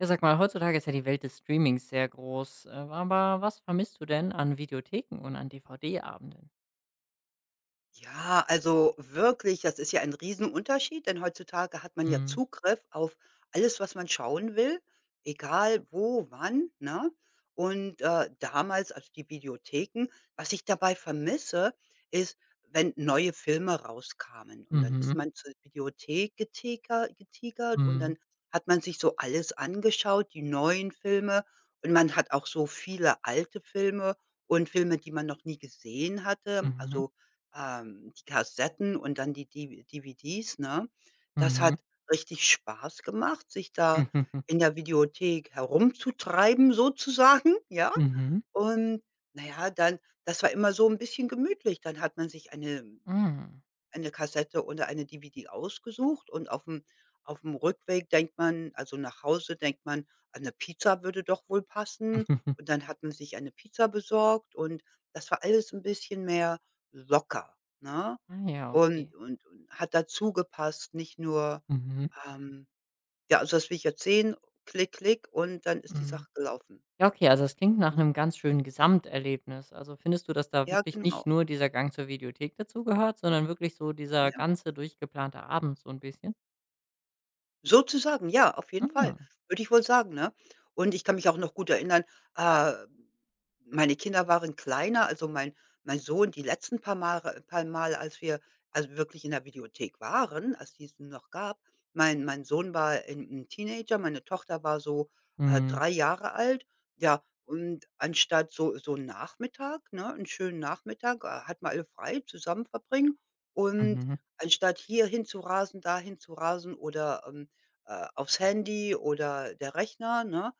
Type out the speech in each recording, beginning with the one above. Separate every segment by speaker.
Speaker 1: Ja, sag mal, heutzutage ist ja die Welt des Streamings sehr groß. Aber was vermisst du denn an Videotheken und an DVD-Abenden?
Speaker 2: Ja, also wirklich, das ist ja ein Riesenunterschied, denn heutzutage hat man ja
Speaker 1: Mhm.
Speaker 2: Zugriff auf alles, was man schauen will, egal wo, wann, ne? Und, damals, also die Videotheken, was ich dabei vermisse, ist, wenn neue Filme rauskamen und dann ist
Speaker 1: Mhm.
Speaker 2: man zur Videothek geteker getigert und
Speaker 1: Mhm.
Speaker 2: dann hat man sich so alles angeschaut, die neuen Filme, und man hat auch so viele alte Filme und Filme, die man noch nie gesehen hatte.
Speaker 1: Mhm.
Speaker 2: Also die Kassetten und dann die DV DVDs, ne? Das hat richtig Spaß gemacht, sich da
Speaker 1: Mhm.
Speaker 2: in der Videothek herumzutreiben sozusagen, ja?
Speaker 1: Mhm.
Speaker 2: Und na ja, dann, das war immer so 'n bisschen gemütlich. Dann hat man sich eine
Speaker 1: Mhm.
Speaker 2: Kassette oder eine DVD ausgesucht und auf dem Rückweg denkt man, also nach Hause, denkt man: „Eine Pizza würde doch wohl passen.“ Und dann hat man sich eine Pizza besorgt, und das war alles 'n bisschen mehr locker, ne?
Speaker 1: Ah ja, okay.
Speaker 2: Und hat dazu gepasst, nicht nur,
Speaker 1: Mhm.
Speaker 2: ähm: „Ja, also das will ich jetzt sehen. Klick, klick“, und dann ist die
Speaker 1: Mhm.
Speaker 2: Sache gelaufen,
Speaker 1: Ja, okay, also es klingt nach
Speaker 2: ne?
Speaker 1: einem ganz schönen Gesamterlebnis. Also, findest du, dass da
Speaker 2: Ja,
Speaker 1: wirklich
Speaker 2: genau.
Speaker 1: nicht nur dieser Gang zur Videothek dazugehört, sondern wirklich so dieser
Speaker 2: Ja.
Speaker 1: ganze durchgeplante Abend so ein bisschen?
Speaker 2: Sozusagen, ja, auf jeden Fall,
Speaker 1: Ah.
Speaker 2: würde ich wohl sagen, ne? Und ich kann mich auch noch gut erinnern, äh, meine Kinder waren kleiner, also mein Sohn die letzten paar Mal, als wir also wirklich in der Videothek waren, als die's noch gab. Mein Sohn war 'n Teenager, meine Tochter war so,
Speaker 1: Mhm.
Speaker 2: 3 Jahre alt. Ja, und anstatt so 'n Nachmittag, ne, 'n schönen Nachmittag, hatten wir alle frei, zusammen verbringen, und
Speaker 1: Mhm.
Speaker 2: anstatt hierhin zu rasen, dahin zu rasen oder, aufs Handy oder der Rechner, ne?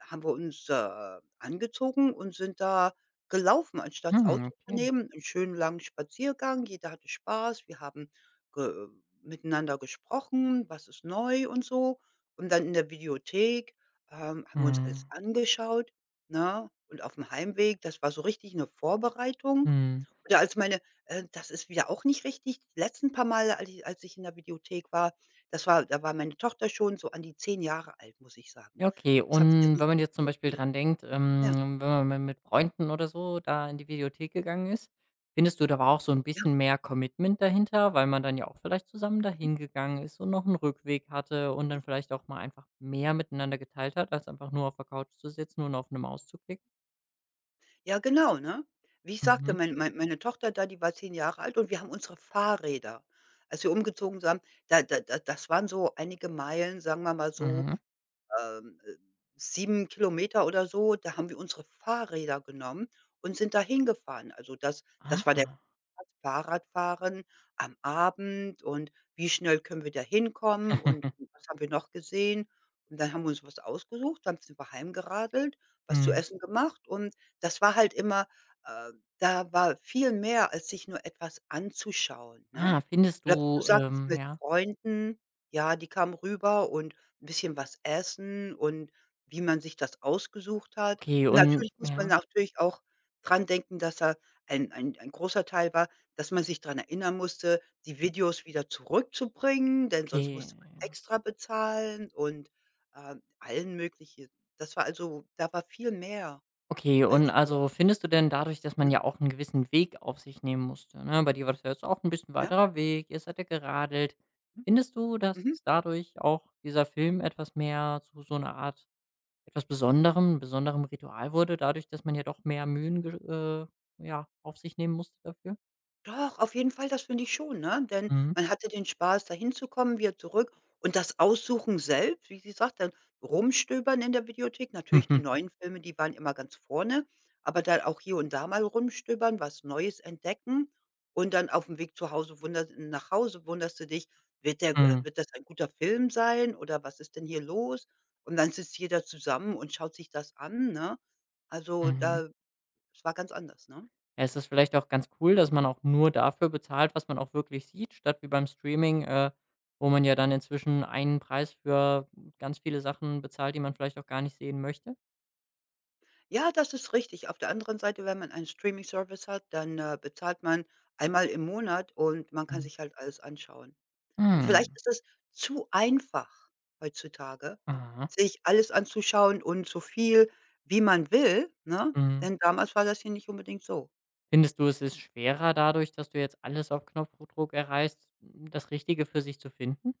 Speaker 2: Haben wir uns, angezogen und sind da gelaufen, anstatt das
Speaker 1: Mhm,
Speaker 2: Auto zu
Speaker 1: okay.
Speaker 2: nehmen, 'n schönen langen Spaziergang. Jeder hatte Spaß. Wir haben ge miteinander gesprochen, was ist neu und so. Und dann in der Videothek, haben wir uns alles
Speaker 1: Mhm.
Speaker 2: angeschaut, ne? Und auf dem Heimweg, das war so richtig eine Vorbereitung.
Speaker 1: Mhm.
Speaker 2: Oder als meine, das ist wieder auch nicht richtig. Die letzten paar Male, als ich in der Videothek war, das war da war meine Tochter schon so an die 10 Jahre alt, muss ich sagen.
Speaker 1: Ja, okay.
Speaker 2: Das habe ich ihr
Speaker 1: Und wenn
Speaker 2: nicht
Speaker 1: man jetzt zum
Speaker 2: wirklich
Speaker 1: Beispiel
Speaker 2: erzählt.
Speaker 1: dran denkt,
Speaker 2: Ja,
Speaker 1: wenn man mal mit Freunden oder so da in die Videothek gegangen ist, findest du, da war auch so ein
Speaker 2: ja,
Speaker 1: bisschen mehr Commitment dahinter, weil man dann ja auch vielleicht zusammen
Speaker 2: mhm.
Speaker 1: dahin gegangen ist und noch einen Rückweg hatte und dann vielleicht auch mal einfach mehr miteinander geteilt hat, als einfach nur auf der Couch zu sitzen und auf 'ne Maus zu klicken?
Speaker 2: Ja, genau, ne? Wie ich sagte,
Speaker 1: Mhm,
Speaker 2: meine Tochter da, die war 10 Jahre alt, und wir haben unsere Fahrräder, als wir umgezogen sind, da da da das waren so einige Meilen, sagen wir mal so,
Speaker 1: mhm.
Speaker 2: ähm, äh, 7 km oder so, da haben wir unsere Fahrräder genommen und sind da hingefahren. Also, das war
Speaker 1: Ah.
Speaker 2: der Fahrradfahren am Abend und wie schnell können wir da hinkommen und was haben wir noch gesehen? Und dann haben wir uns was ausgesucht, dann sind wir heimgeradelt, was zu
Speaker 1: Mhm.
Speaker 2: essen gemacht, und das war halt immer, äh, da war viel mehr, als sich nur etwas anzuschauen, ne?
Speaker 1: Ah, findest
Speaker 2: Oder wie du
Speaker 1: du,
Speaker 2: sagtest, mit
Speaker 1: ja,
Speaker 2: Freunden, ja, die kamen rüber und 'n bisschen was essen und wie man sich das ausgesucht hat.
Speaker 1: okay
Speaker 2: Und
Speaker 1: und
Speaker 2: natürlich muss man
Speaker 1: ja,
Speaker 2: natürlich auch dran denken, dass da ein großer Teil war, dass man sich dran erinnern musste, die Videos wieder zurückzubringen, denn sonst
Speaker 1: okay.
Speaker 2: musste man extra bezahlen und, allen mögliche, das war also da war viel mehr
Speaker 1: Okay, und
Speaker 2: als nur,
Speaker 1: also findest du denn dadurch, dass man
Speaker 2: ne?
Speaker 1: ja auch einen gewissen Weg auf sich nehmen musste, ne? Bei dir war das ja jetzt auch ein bisschen
Speaker 2: Ja?
Speaker 1: weiterer Weg, ihr seid ja geradelt.
Speaker 2: Mhm.
Speaker 1: Findest du, dass
Speaker 2: Mhm.
Speaker 1: dadurch auch dieser Film etwas mehr zu so einer Art etwas Besonderem besonderem Ritual wurde, dadurch, dass man ja doch mehr Mühen ge ja, auf sich nehmen musste dafür?
Speaker 2: Doch, auf jeden Fall, das finde ich schon, ne? Denn
Speaker 1: Mhm.
Speaker 2: man hatte den Spaß, da hinzukommen, wieder zurück, und das Aussuchen selbst, wie sie sagt, dann rumstöbern in der Videothek. Natürlich die neuen Filme, die waren immer ganz vorne, aber dann auch hier und da mal rumstöbern, was Neues entdecken, und dann auf dem Weg zu Hause wunder nach Hause wunderst du dich: „Wird der,
Speaker 1: Mhm.
Speaker 2: wird das ein guter Film sein oder was ist denn hier los?“ Und dann sitzt jeder zusammen und schaut sich das an, ne? Also,
Speaker 1: Mhm.
Speaker 2: da es war ganz anders, ne?
Speaker 1: Ja, es ist vielleicht auch ganz cool, dass man auch nur dafür bezahlt, was man auch wirklich sieht, statt wie beim Streaming, wo man ja dann inzwischen einen Preis für ganz viele Sachen bezahlt, die man vielleicht auch gar nicht sehen möchte?
Speaker 2: Ja, das ist richtig. Auf der anderen Seite, wenn man einen Streaming-Service hat, dann, bezahlt man einmal im Monat und man kann
Speaker 1: Mhm.
Speaker 2: sich halt alles anschauen. Und vielleicht
Speaker 1: Mhm.
Speaker 2: ist es zu einfach heutzutage,
Speaker 1: Aha.
Speaker 2: sich alles anzuschauen und so viel, wie man will, ne?
Speaker 1: Mhm.
Speaker 2: Denn damals war das hier nicht unbedingt so.
Speaker 1: Findest du, es ist schwerer dadurch, dass du jetzt alles auf Knopfdruck erreichst, das Richtige für sich zu finden?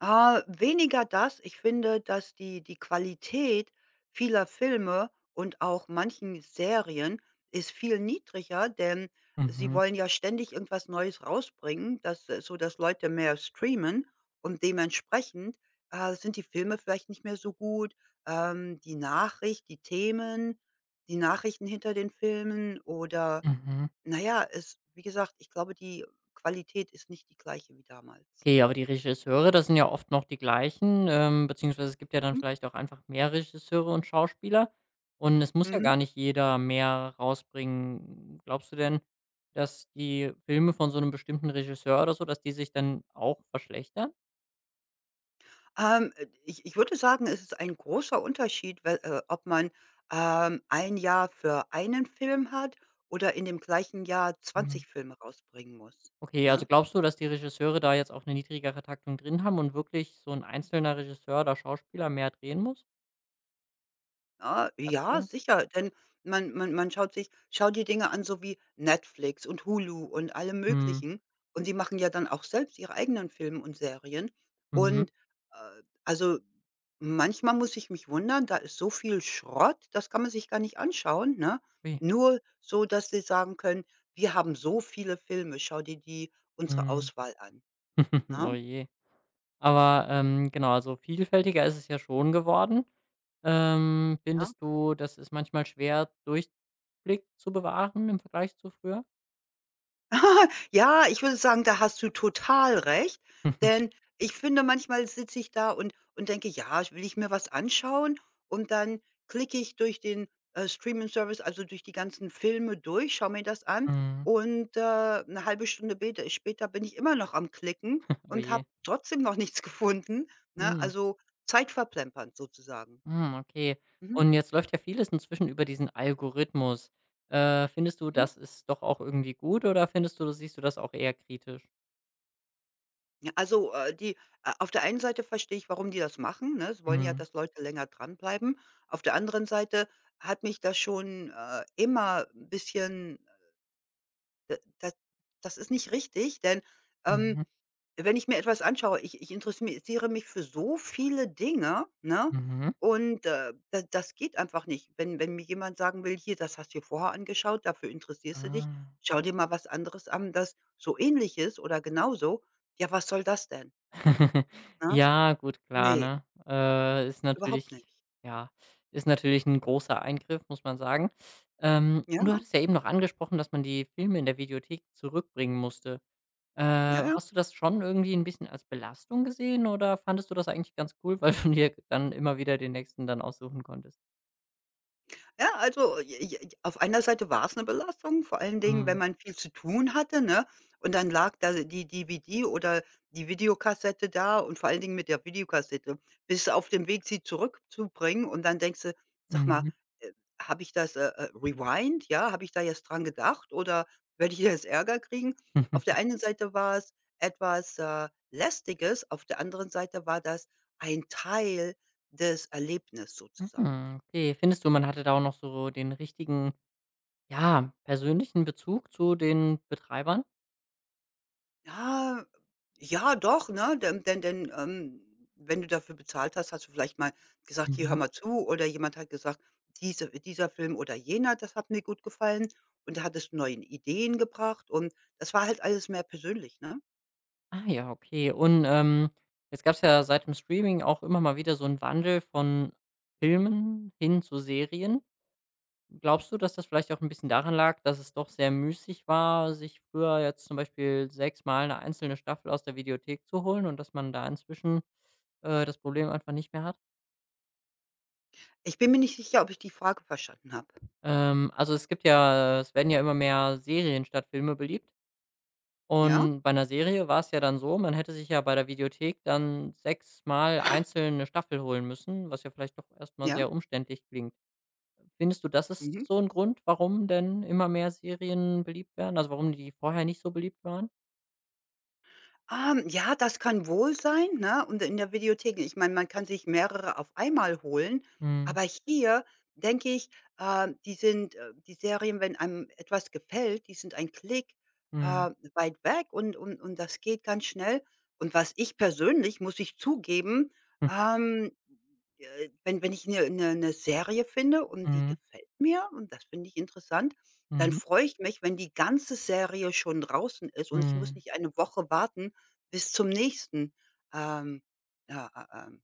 Speaker 2: Ah, weniger das. Ich finde, dass die Qualität vieler Filme und auch manchen Serien ist viel niedriger, denn sie
Speaker 1: Mhm.
Speaker 2: wollen ja ständig irgendwas Neues rausbringen, dass, so dass Leute mehr streamen, und dementsprechend, sind die Filme vielleicht nicht mehr so gut. Die Nachricht, die Themen, die Nachrichten hinter den Filmen oder
Speaker 1: Mhm.
Speaker 2: na ja, es, wie gesagt, ich glaube, die Qualität ist nicht die gleiche wie damals.
Speaker 1: Okay, aber die Regisseure, das sind ja oft noch die gleichen, beziehungsweise es gibt ja dann
Speaker 2: Mhm.
Speaker 1: vielleicht auch einfach mehr Regisseure und Schauspieler. Und es muss ja
Speaker 2: Mhm.
Speaker 1: gar nicht jeder mehr rausbringen. Glaubst du denn, dass die Filme von so einem bestimmten Regisseur oder so dass die sich dann auch verschlechtern?
Speaker 2: Ich würde sagen, es ist ein großer Unterschied, we ob man, 1 Jahr für einen Film hat oder in dem gleichen Jahr
Speaker 1: Mhm.
Speaker 2: 20 Filme rausbringen muss,
Speaker 1: Okay, also
Speaker 2: ne?
Speaker 1: glaubst du, dass die Regisseure da jetzt auch eine niedrigere Taktung drin haben und wirklich so ein einzelner Regisseur oder Schauspieler mehr drehen muss
Speaker 2: Ah,
Speaker 1: als
Speaker 2: ja,
Speaker 1: früher?
Speaker 2: sicher, denn man man man schaut sich schaut die Dinge an, so wie Netflix und Hulu und alle
Speaker 1: Mhm.
Speaker 2: möglichen. Und die machen ja dann auch selbst ihre eigenen Filme und Serien.
Speaker 1: Mhm.
Speaker 2: Und, also, manchmal muss ich mich wundern, da ist so viel Schrott, das kann man sich gar nicht anschauen, ne?
Speaker 1: Ui.
Speaker 2: Nur so, dass sie sagen können: „Wir haben so viele Filme, schau dir die unsere
Speaker 1: Mhm.
Speaker 2: Auswahl an“,
Speaker 1: Oh
Speaker 2: ne?
Speaker 1: je. Aber, genau, also vielfältiger ist es ja schon geworden.
Speaker 2: Ja.
Speaker 1: Findest du, das ist manchmal schwer, Durchblick zu bewahren im Vergleich zu früher?
Speaker 2: Ja, ich würde sagen, da hast du total recht, denn ich finde, manchmal sitze ich da und denke: „Ja, will ich mir was anschauen?“ Und dann klicke ich durch den, Streaming Service, also durch die ganzen Filme durch, schaue mir das an,
Speaker 1: Mhm.
Speaker 2: und, 'ne halbe Stunde bete später bin ich immer noch am Klicken
Speaker 1: Oh
Speaker 2: und
Speaker 1: je.
Speaker 2: habe trotzdem noch nichts gefunden, ne?
Speaker 1: Mhm.
Speaker 2: Also, Zeit verplempert sozusagen.
Speaker 1: Mhm, okay.
Speaker 2: Mhm.
Speaker 1: Und jetzt läuft ja vieles inzwischen über diesen Algorithmus. Findest du,
Speaker 2: Mhm.
Speaker 1: das ist doch auch irgendwie gut oder findest du siehst du das auch eher kritisch?
Speaker 2: Ja, also, die auf der einen Seite verstehe ich, warum die das machen, ne? Sie wollen ja,
Speaker 1: Mhm.
Speaker 2: dass Leute länger dranbleiben. Auf der anderen Seite hat mich das schon, immer 'n bisschen, d das das ist nicht richtig, denn, ähm,
Speaker 1: Mhm.
Speaker 2: wenn ich mir etwas anschaue, ich interessiere mich für so viele Dinge, ne?
Speaker 1: Mhm.
Speaker 2: Und, da das geht einfach nicht. Wenn mir jemand sagen will: „Hier, das hast du dir vorher angeschaut, dafür interessierst du dich.
Speaker 1: Ah.
Speaker 2: Schau dir mal was anderes an, das so ähnlich ist oder genauso.“ Ja, was soll das denn, ne?
Speaker 1: Ja, gut, klar,
Speaker 2: Ne,
Speaker 1: ne? Ist
Speaker 2: überhaupt
Speaker 1: natürlich
Speaker 2: nicht.
Speaker 1: ja, ist natürlich ein großer Eingriff, muss man sagen.
Speaker 2: Ja,
Speaker 1: Und du hattest ja eben noch angesprochen, dass man die Filme in der Videothek zurückbringen musste. Äh,
Speaker 2: ja, ja.
Speaker 1: Hast du das schon irgendwie ein bisschen als Belastung gesehen oder fandest du das eigentlich ganz cool, weil du dir dann immer wieder den nächsten dann aussuchen konntest?
Speaker 2: Ja, also, j j auf einer Seite war es eine Belastung, vor allen Dingen,
Speaker 1: Mhm.
Speaker 2: wenn man viel zu tun hatte, ne? Und dann lag da die DVD oder die Videokassette da, und vor allen Dingen mit der Videokassette bis auf dem Weg, sie zurückzubringen, und dann denkst du: „Sag mal,
Speaker 1: Mhm.
Speaker 2: äh, habe ich das, rewind, ja? Habe ich da jetzt dran gedacht oder werde ich jetzt Ärger kriegen?“ Auf der einen Seite war es etwas, Lästiges, auf der anderen Seite war das ein Teil des Erlebnisses sozusagen.
Speaker 1: Mhm, okay. Findest du, man hatte da auch noch so den richtigen, ja, persönlichen Bezug zu den Betreibern?
Speaker 2: Ja, ja, doch, ne? Denn, wenn du dafür bezahlt hast, hast du vielleicht mal gesagt: „Hier,
Speaker 1: Mhm.
Speaker 2: hör mal zu.“ Oder jemand hat gesagt: Dieser Film oder jener, das hat mir gut gefallen.“ Und da hattest du neue Ideen gebracht, und das war halt alles mehr persönlich, ne?
Speaker 1: Ah ja, okay. Und, jetzt gab es ja seit dem Streaming auch immer mal wieder so einen Wandel von Filmen hin zu Serien. Glaubst du, dass das vielleicht auch ein bisschen daran lag, dass es doch sehr müßig war, sich früher jetzt zum Beispiel sechsmal eine einzelne Staffel aus der Videothek zu holen und dass man da inzwischen, das Problem einfach nicht mehr hat?
Speaker 2: Ich bin mir nicht sicher, ob ich die Frage verstanden habe.
Speaker 1: Also, es werden ja immer mehr Serien statt Filme beliebt.
Speaker 2: Ja?
Speaker 1: Und bei einer Serie war es ja dann so, man hätte sich ja bei der Videothek dann sechsmal einzeln 'ne Staffel holen müssen, was ja vielleicht doch erst mal
Speaker 2: Ja?
Speaker 1: sehr umständlich klingt. Findest du, das ist
Speaker 2: Mhm.
Speaker 1: so 'n Grund, warum denn immer mehr Serien beliebt werden? Also, warum die vorher nicht so beliebt waren?
Speaker 2: Ja, das kann wohl sein, ne? Und in der Videothek, ich meine, man kann sich mehrere auf einmal holen,
Speaker 1: Mhm,
Speaker 2: aber hier denke ich, die Serien, wenn einem etwas gefällt, die sind ein Klick,
Speaker 1: mhm,
Speaker 2: weit weg, und das geht ganz schnell. Und was ich persönlich, muss ich zugeben,
Speaker 1: hm,
Speaker 2: ähm, wenn ich eine 'ne 'ne 'ne Serie finde und die
Speaker 1: mhm,
Speaker 2: gefällt mir und das finde ich interessant, dann
Speaker 1: mhm,
Speaker 2: freue ich mich, wenn die ganze Serie schon draußen ist und ich muss
Speaker 1: mhm.
Speaker 2: nicht eine Woche warten, bis zum nächsten, ähm, ja, äh, ähm,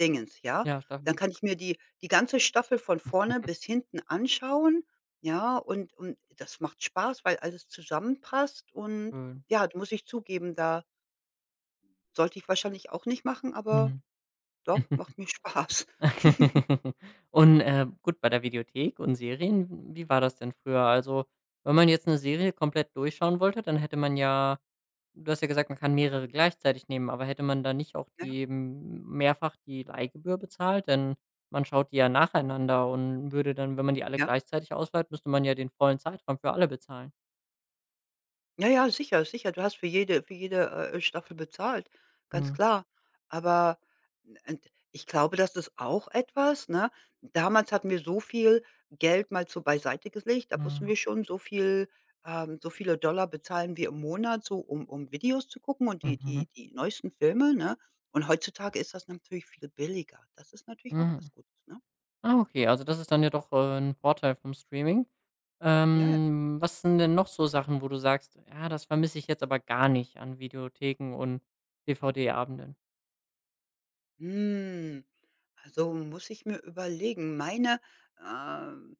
Speaker 2: Dingens, ja?
Speaker 1: Ja,
Speaker 2: Dann
Speaker 1: Staffeln.
Speaker 2: kann ich mir die ganze Staffel von vorne bis hinten anschauen, ja? Und das macht Spaß, weil alles zusammenpasst und,
Speaker 1: Schön.
Speaker 2: ja, muss ich zugeben, da sollte ich wahrscheinlich auch nicht machen, aber
Speaker 1: Mhm.
Speaker 2: doch, macht mir Spaß,
Speaker 1: Und, gut, bei der Videothek und Serien, wie war das denn früher? Also, wenn man jetzt 'ne Serie komplett durchschauen wollte, dann hätte man ja Du hast ja gesagt, man kann mehrere gleichzeitig nehmen, aber hätte man da nicht auch
Speaker 2: ne?
Speaker 1: die m mehrfach die Leihgebühr bezahlt? Denn man schaut die ja nacheinander und würde dann, wenn man die alle
Speaker 2: Ja.
Speaker 1: gleichzeitig ausleiht, müsste man ja den vollen Zeitraum für alle bezahlen.
Speaker 2: Ja, ja, sicher, sicher. Du hast für jede Staffel bezahlt, ganz
Speaker 1: Mhm,
Speaker 2: klar. Aber n- und ich glaube, das ist auch etwas, ne? Damals hatten wir so viel Geld mal so beiseite gelegt, da wussten
Speaker 1: mhm,
Speaker 2: wir schon, so viel, so viele Dollar bezahlen wir im Monat so, um Videos zu gucken und
Speaker 1: mhm,
Speaker 2: die neuesten Filme, ne? Und heutzutage ist das natürlich viel billiger. Das ist natürlich auch
Speaker 1: mhm.
Speaker 2: was Gutes, ne?
Speaker 1: Ah, okay, also das ist dann ja doch, 'n Vorteil vom Streaming.
Speaker 2: Ja, ja.
Speaker 1: Was sind denn noch so Sachen, wo du sagst: „Ja, das vermisse ich jetzt aber gar nicht an Videotheken und DVD-Abenden?“
Speaker 2: Hm, also muss ich mir überlegen, meine, ähm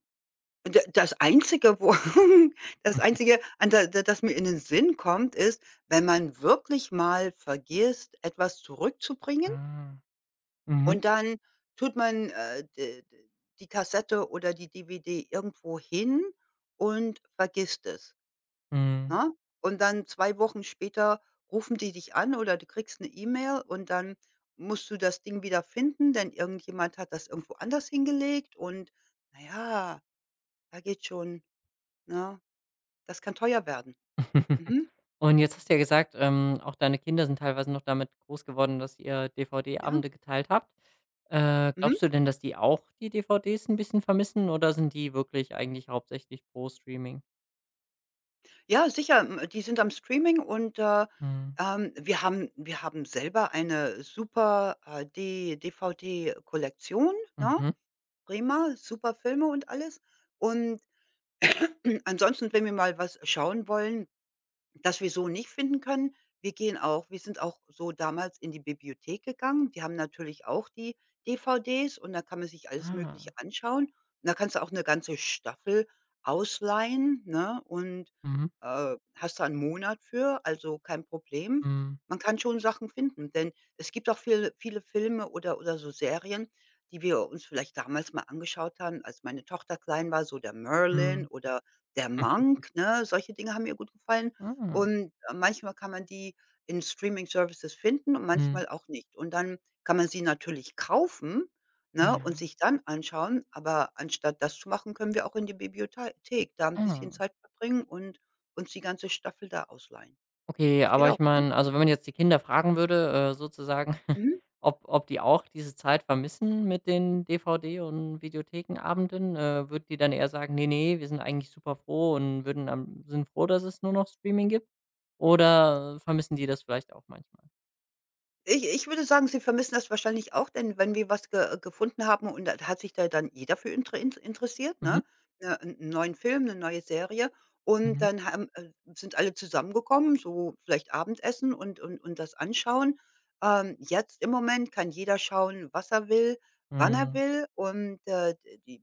Speaker 2: D das Einzige, wo das Einzige, an da da das mir in den Sinn kommt, ist, wenn man wirklich mal vergisst, etwas zurückzubringen,
Speaker 1: Ah, mhm,
Speaker 2: und dann tut man, d d die Kassette oder die DVD irgendwo hin und vergisst es,
Speaker 1: mhm.
Speaker 2: ne? Und dann 2 Wochen später rufen die dich an oder du kriegst 'ne E-Mail, und dann musst du das Ding wieder finden, denn irgendjemand hat das irgendwo anders hingelegt, und na ja, da geht schon, ne? Das kann teuer werden. Mhm.
Speaker 1: Und jetzt hast du ja gesagt, auch deine Kinder sind teilweise noch damit groß geworden, dass ihr
Speaker 2: Ja.
Speaker 1: DVD-Abende geteilt habt.
Speaker 2: Mhm.
Speaker 1: Glaubst du denn, dass die auch die DVDs ein bisschen vermissen oder sind die wirklich eigentlich hauptsächlich pro Streaming?
Speaker 2: Ja, sicher, hm, die sind am Streaming, und,
Speaker 1: Mhm.
Speaker 2: wir haben selber eine super, D V D Kollektion, ne?
Speaker 1: Mhm.
Speaker 2: Prima, super Filme und alles. Und ansonsten, wenn wir mal was schauen wollen, das wir so nicht finden können. Wir sind auch so damals in die Bibliothek gegangen. Die haben natürlich auch die DVDs und da kann man sich alles Mögliche
Speaker 1: Ah.
Speaker 2: anschauen. Und da kannst du auch eine ganze Staffel ausleihen, ne, und,
Speaker 1: Mhm.
Speaker 2: hast da 1 Monat für, also kein Problem.
Speaker 1: Mhm.
Speaker 2: Man kann schon Sachen finden, denn es gibt auch viele Filme oder so Serien, die wir uns vielleicht damals mal angeschaut haben, als meine Tochter klein war, so der „Merlin“
Speaker 1: Mhm.
Speaker 2: oder der „Monk“, ne? Solche Dinge haben ihr gut gefallen.
Speaker 1: Ah.
Speaker 2: Und, manchmal kann man die in Streaming-Services finden und
Speaker 1: Mhm.
Speaker 2: manchmal auch nicht. Und dann kann man sie natürlich kaufen, ne, und
Speaker 1: Ja.
Speaker 2: sich dann anschauen, aber anstatt das zu machen, können wir auch in die Bibliothek da ein bisschen
Speaker 1: Ah.
Speaker 2: Zeit verbringen und uns die ganze Staffel da ausleihen.
Speaker 1: Okay,
Speaker 2: Das geht
Speaker 1: aber ich
Speaker 2: auch, ne?
Speaker 1: meine, also wenn man jetzt die Kinder fragen würde, sozusagen,
Speaker 2: Mhm.
Speaker 1: ob die auch diese Zeit vermissen mit den DVD und Videothekenabenden, würden die dann eher sagen: nee, nee, wir sind eigentlich super froh und würden am sind froh, dass es nur noch Streaming gibt?“ Oder vermissen die das vielleicht auch manchmal?
Speaker 2: Ich würde sagen, sie vermissen das wahrscheinlich auch, denn wenn wir was ge gefunden haben und da hat sich da dann jeder für interessiert,
Speaker 1: Mhm,
Speaker 2: ne? Ne, 'n neuen Film, 'ne neue Serie, und
Speaker 1: mhm.
Speaker 2: dann haben, sind alle zusammengekommen, so vielleicht Abendessen und das anschauen. Jetzt im Moment kann jeder schauen, was er will, wann er
Speaker 1: Mhm,
Speaker 2: will, und, d die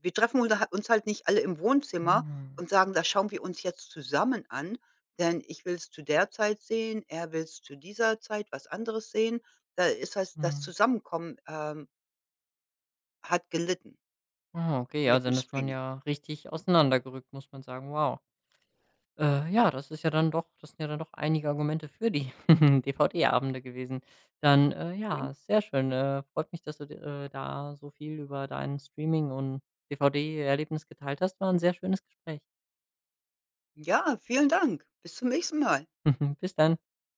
Speaker 2: wir treffen uns ha uns halt nicht alle im Wohnzimmer
Speaker 1: mhm,
Speaker 2: und sagen: „Das schauen wir uns jetzt zusammen an“, denn ich will es zu der Zeit sehen, er will es zu dieser Zeit was anderes sehen. Da ist das
Speaker 1: mhm.
Speaker 2: Zusammenkommen, hat gelitten
Speaker 1: Ah, okay, also
Speaker 2: mit dem
Speaker 1: dann ist man
Speaker 2: Streaming.
Speaker 1: ja richtig
Speaker 2: Mhm,
Speaker 1: auseinandergerückt, muss man sagen. Wow.
Speaker 2: mhm,
Speaker 1: Ja, das ist ja dann doch das sind ja dann doch einige Argumente für die DVD-Abende gewesen. Dann,
Speaker 2: mhm.
Speaker 1: ja, sehr schön. Freut mich, dass du d da so viel über dein Streaming und DVD-Erlebnis geteilt hast. War ein sehr schönes Gespräch.
Speaker 2: Ja, vielen Dank. Bis zum nächsten Mal.
Speaker 1: Bis dann.